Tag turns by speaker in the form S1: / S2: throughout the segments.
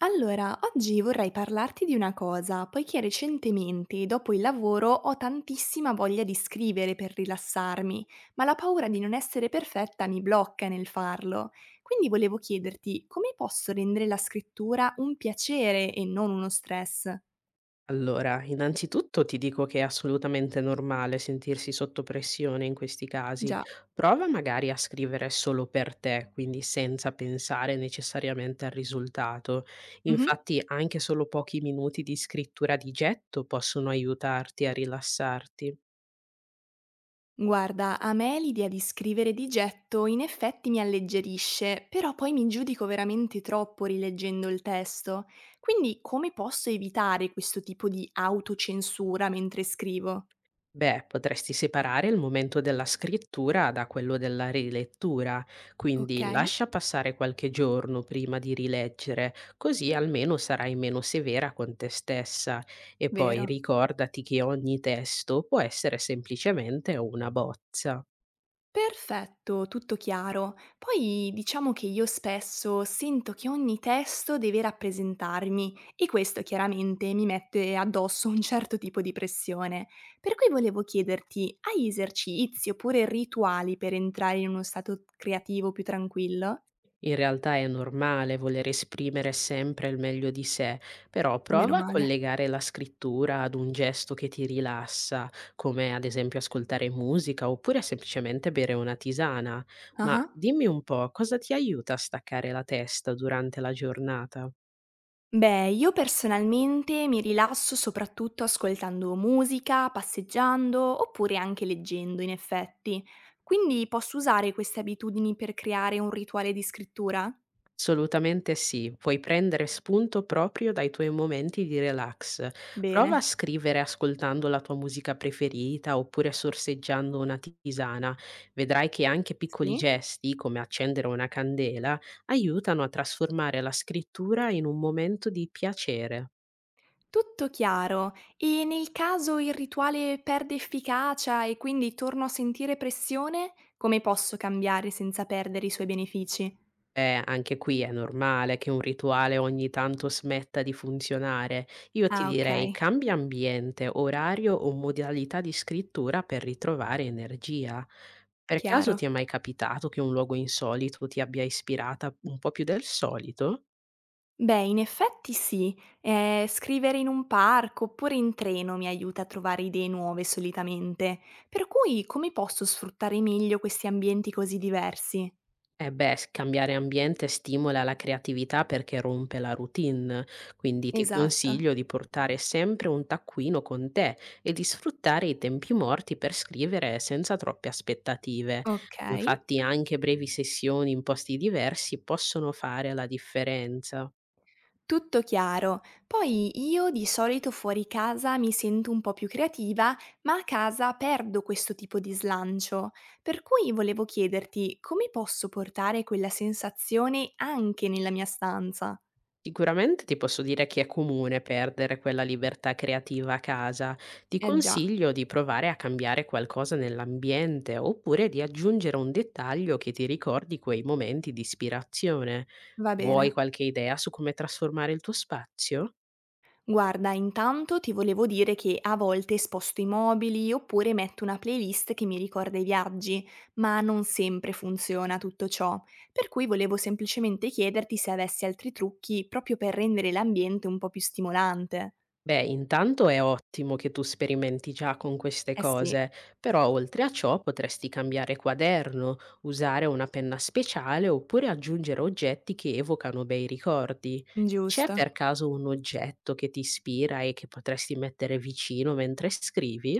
S1: Allora, oggi vorrei parlarti di una cosa, poiché recentemente, dopo il lavoro, ho tantissima voglia di scrivere per rilassarmi, ma la paura di non essere perfetta mi blocca nel farlo. Quindi volevo chiederti come posso rendere la scrittura un piacere e non uno stress?
S2: Allora, innanzitutto ti dico che è assolutamente normale sentirsi sotto pressione in questi casi.
S1: Già.
S2: Prova magari a scrivere solo per te, quindi senza pensare necessariamente al risultato.
S1: Mhm.
S2: Infatti, anche solo pochi minuti di scrittura di getto possono aiutarti a rilassarti.
S1: Guarda, a me l'idea di scrivere di getto in effetti mi alleggerisce, però poi mi giudico veramente troppo rileggendo il testo. Quindi come posso evitare questo tipo di autocensura mentre scrivo?
S2: Beh, potresti separare il momento della scrittura da quello della rilettura,
S1: Ok,
S2: quindi lascia passare qualche giorno prima di rileggere, così almeno sarai meno severa con te stessa. E poi
S1: vero.
S2: ricordati che ogni testo può essere semplicemente una bozza.
S1: Perfetto, tutto chiaro. Poi diciamo che io spesso sento che ogni testo deve rappresentarmi e questo chiaramente mi mette addosso un certo tipo di pressione. Per cui volevo chiederti, hai esercizi oppure rituali per entrare in uno stato creativo più tranquillo?
S2: In realtà è normale voler esprimere sempre il meglio di sé, però
S1: Meno
S2: prova a
S1: male.
S2: collegare la scrittura ad un gesto che ti rilassa, come ad esempio ascoltare musica oppure semplicemente bere una tisana.
S1: Ah
S2: Ma
S1: ah.
S2: dimmi un po', cosa ti aiuta a staccare la testa durante la giornata?
S1: Beh, io personalmente mi rilasso soprattutto ascoltando musica, passeggiando oppure anche leggendo, in effetti. Quindi posso usare queste abitudini per creare un rituale di scrittura?
S2: Assolutamente sì, puoi prendere spunto proprio dai tuoi momenti di relax. Prova a
S1: Bene.
S2: scrivere ascoltando la tua musica preferita oppure sorseggiando una tisana. Vedrai che anche piccoli
S1: Sì?
S2: gesti, come accendere una candela, aiutano a trasformare la scrittura in un momento di piacere.
S1: Tutto chiaro. E nel caso il rituale perde efficacia e quindi torno a sentire pressione, come posso cambiare senza perdere i suoi benefici?
S2: Anche qui è normale che un rituale ogni tanto smetta di funzionare. Io ti
S1: Ah, ok,
S2: direi cambia ambiente, orario o modalità di scrittura per ritrovare energia. Per caso
S1: chiaro.
S2: ti è mai capitato che un luogo insolito ti abbia ispirata un po' più del solito?
S1: Beh, in effetti sì. Scrivere in un parco oppure in treno mi aiuta a trovare idee nuove solitamente. Per cui come posso sfruttare meglio questi ambienti così diversi?
S2: Eh beh, s cambiare ambiente stimola la creatività perché rompe la routine, quindi ti
S1: Esatto.
S2: consiglio di portare sempre un taccuino con te e di sfruttare i tempi morti per scrivere senza troppe aspettative.
S1: Ok.
S2: Infatti anche brevi sessioni in posti diversi possono fare la differenza.
S1: Tutto chiaro. Poi io di solito fuori casa mi sento un po' più creativa, ma a casa perdo questo tipo di slancio. Per cui volevo chiederti come posso portare quella sensazione anche nella mia stanza?
S2: Sicuramente ti posso dire che è comune perdere quella libertà creativa a casa. Ti
S1: Eh già,
S2: consiglio di provare a cambiare qualcosa nell'ambiente oppure di aggiungere un dettaglio che ti ricordi quei momenti di ispirazione.
S1: va
S2: Vuoi
S1: bene.
S2: qualche idea su come trasformare il tuo spazio?
S1: Guarda, intanto ti volevo dire che a volte sposto i mobili oppure metto una playlist che mi ricorda i viaggi, ma non sempre funziona tutto ciò, per cui volevo semplicemente chiederti se avessi altri trucchi proprio per rendere l'ambiente un po' più stimolante.
S2: Beh, intanto è ottimo che tu sperimenti già con queste
S1: Eh sì,
S2: cose, però oltre a ciò potresti cambiare quaderno, usare una penna speciale oppure aggiungere oggetti che evocano bei ricordi. C'è
S1: giusto.
S2: per caso un oggetto che ti ispira e che potresti mettere vicino mentre scrivi?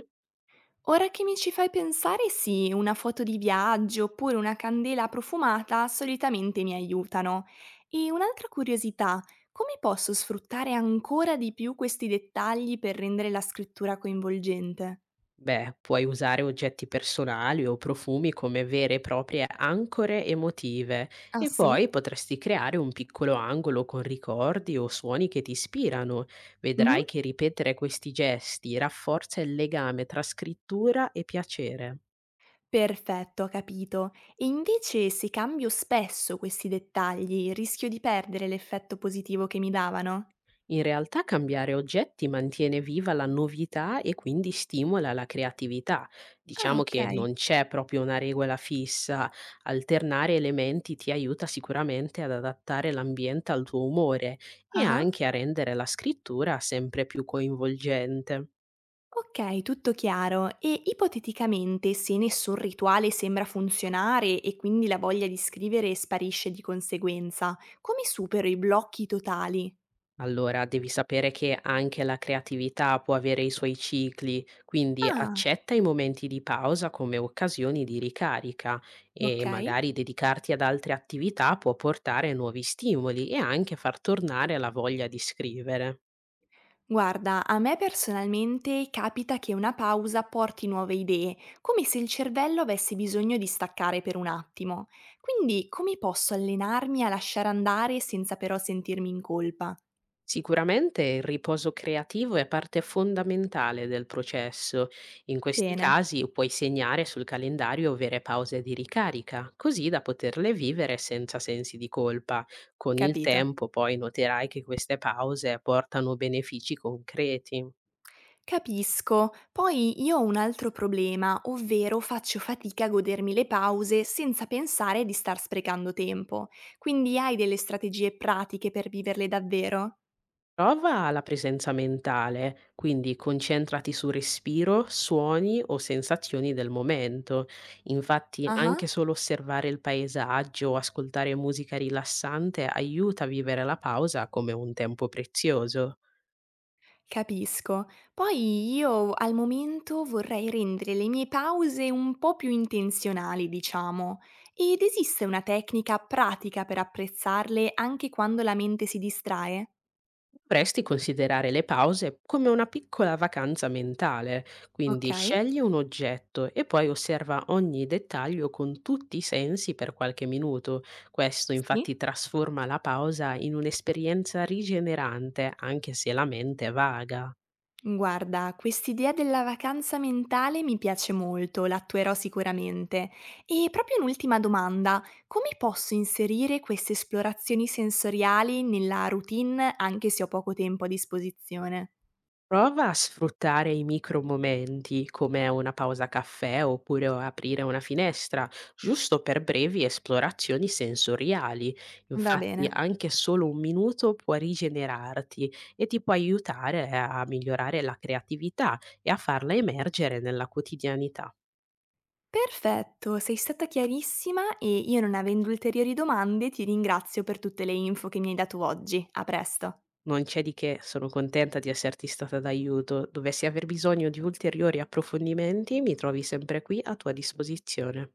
S1: Ora che mi ci fai pensare sì, una foto di viaggio oppure una candela profumata solitamente mi aiutano. E un'altra curiosità, come posso sfruttare ancora di più questi dettagli per rendere la scrittura coinvolgente?
S2: Beh, puoi usare oggetti personali o profumi come vere e proprie ancore emotive
S1: Ah
S2: e poi
S1: sì?
S2: potresti creare un piccolo angolo con ricordi o suoni che ti ispirano.
S1: Mhm.
S2: Vedrai che ripetere questi gesti rafforza il legame tra scrittura e piacere.
S1: Perfetto, ho capito. E invece se cambio spesso questi dettagli, rischio di perdere l'effetto positivo che mi davano?
S2: In realtà cambiare oggetti mantiene viva la novità e quindi stimola la creatività.
S1: Ah,
S2: Diciamo
S1: ok.
S2: che non c'è proprio una regola fissa, alternare elementi ti aiuta sicuramente ad adattare l'ambiente al tuo umore e
S1: Ah.
S2: anche a rendere la scrittura sempre più coinvolgente.
S1: Ok, tutto chiaro. E ipoteticamente, se nessun rituale sembra funzionare e quindi la voglia di scrivere sparisce di conseguenza, come supero i blocchi totali?
S2: Allora, devi sapere che anche la creatività può avere i suoi cicli, quindi
S1: Ah,
S2: accetta i momenti di pausa come occasioni di ricarica e
S1: ok.
S2: magari dedicarti ad altre attività può portare nuovi stimoli e anche far tornare la voglia di scrivere.
S1: Guarda, a me personalmente capita che una pausa porti nuove idee, come se il cervello avesse bisogno di staccare per un attimo. Quindi, come posso allenarmi a lasciare andare senza però sentirmi in colpa?
S2: Sicuramente il riposo creativo è parte fondamentale del processo. In questi
S1: Bene,
S2: casi puoi segnare sul calendario vere pause di ricarica, così da poterle vivere senza sensi di colpa. Con il
S1: capito.
S2: tempo poi noterai che queste pause portano benefici concreti.
S1: Capisco. Poi io ho un altro problema, ovvero faccio fatica a godermi le pause senza pensare di star sprecando tempo. Quindi hai delle strategie pratiche per viverle davvero?
S2: Prova la presenza mentale, quindi concentrati su respiro, suoni o sensazioni del momento. Infatti, anche
S1: Ah,
S2: solo osservare il paesaggio o ascoltare musica rilassante aiuta a vivere la pausa come un tempo prezioso.
S1: capisco. Poi io al momento vorrei rendere le mie pause un po' più intenzionali, diciamo. Ed esiste una tecnica pratica per apprezzarle anche quando la mente si distrae?
S2: Dovresti considerare le pause come una piccola vacanza mentale,
S1: Ok,
S2: quindi scegli un oggetto e poi osserva ogni dettaglio con tutti i sensi per qualche minuto. Questo infatti
S1: sì.
S2: trasforma la pausa in un'esperienza rigenerante, anche se la mente è vaga.
S1: Guarda, quest'idea della vacanza mentale mi piace molto, l'attuerò sicuramente. E proprio un'ultima domanda, come posso inserire queste esplorazioni sensoriali nella routine anche se ho poco tempo a disposizione?
S2: Prova a sfruttare i micro momenti, come una pausa caffè oppure aprire una finestra, giusto per brevi esplorazioni sensoriali.
S1: Va
S2: Infatti
S1: bene.
S2: anche solo un minuto può rigenerarti e ti può aiutare a migliorare la creatività e a farla emergere nella quotidianità.
S1: Perfetto, sei stata chiarissima e io non avendo ulteriori domande ti ringrazio per tutte le info che mi hai dato oggi. A presto.
S2: Non c'è di che, sono contenta di esserti stata d'aiuto. Dovessi aver bisogno di ulteriori approfondimenti, mi trovi sempre qui a tua disposizione.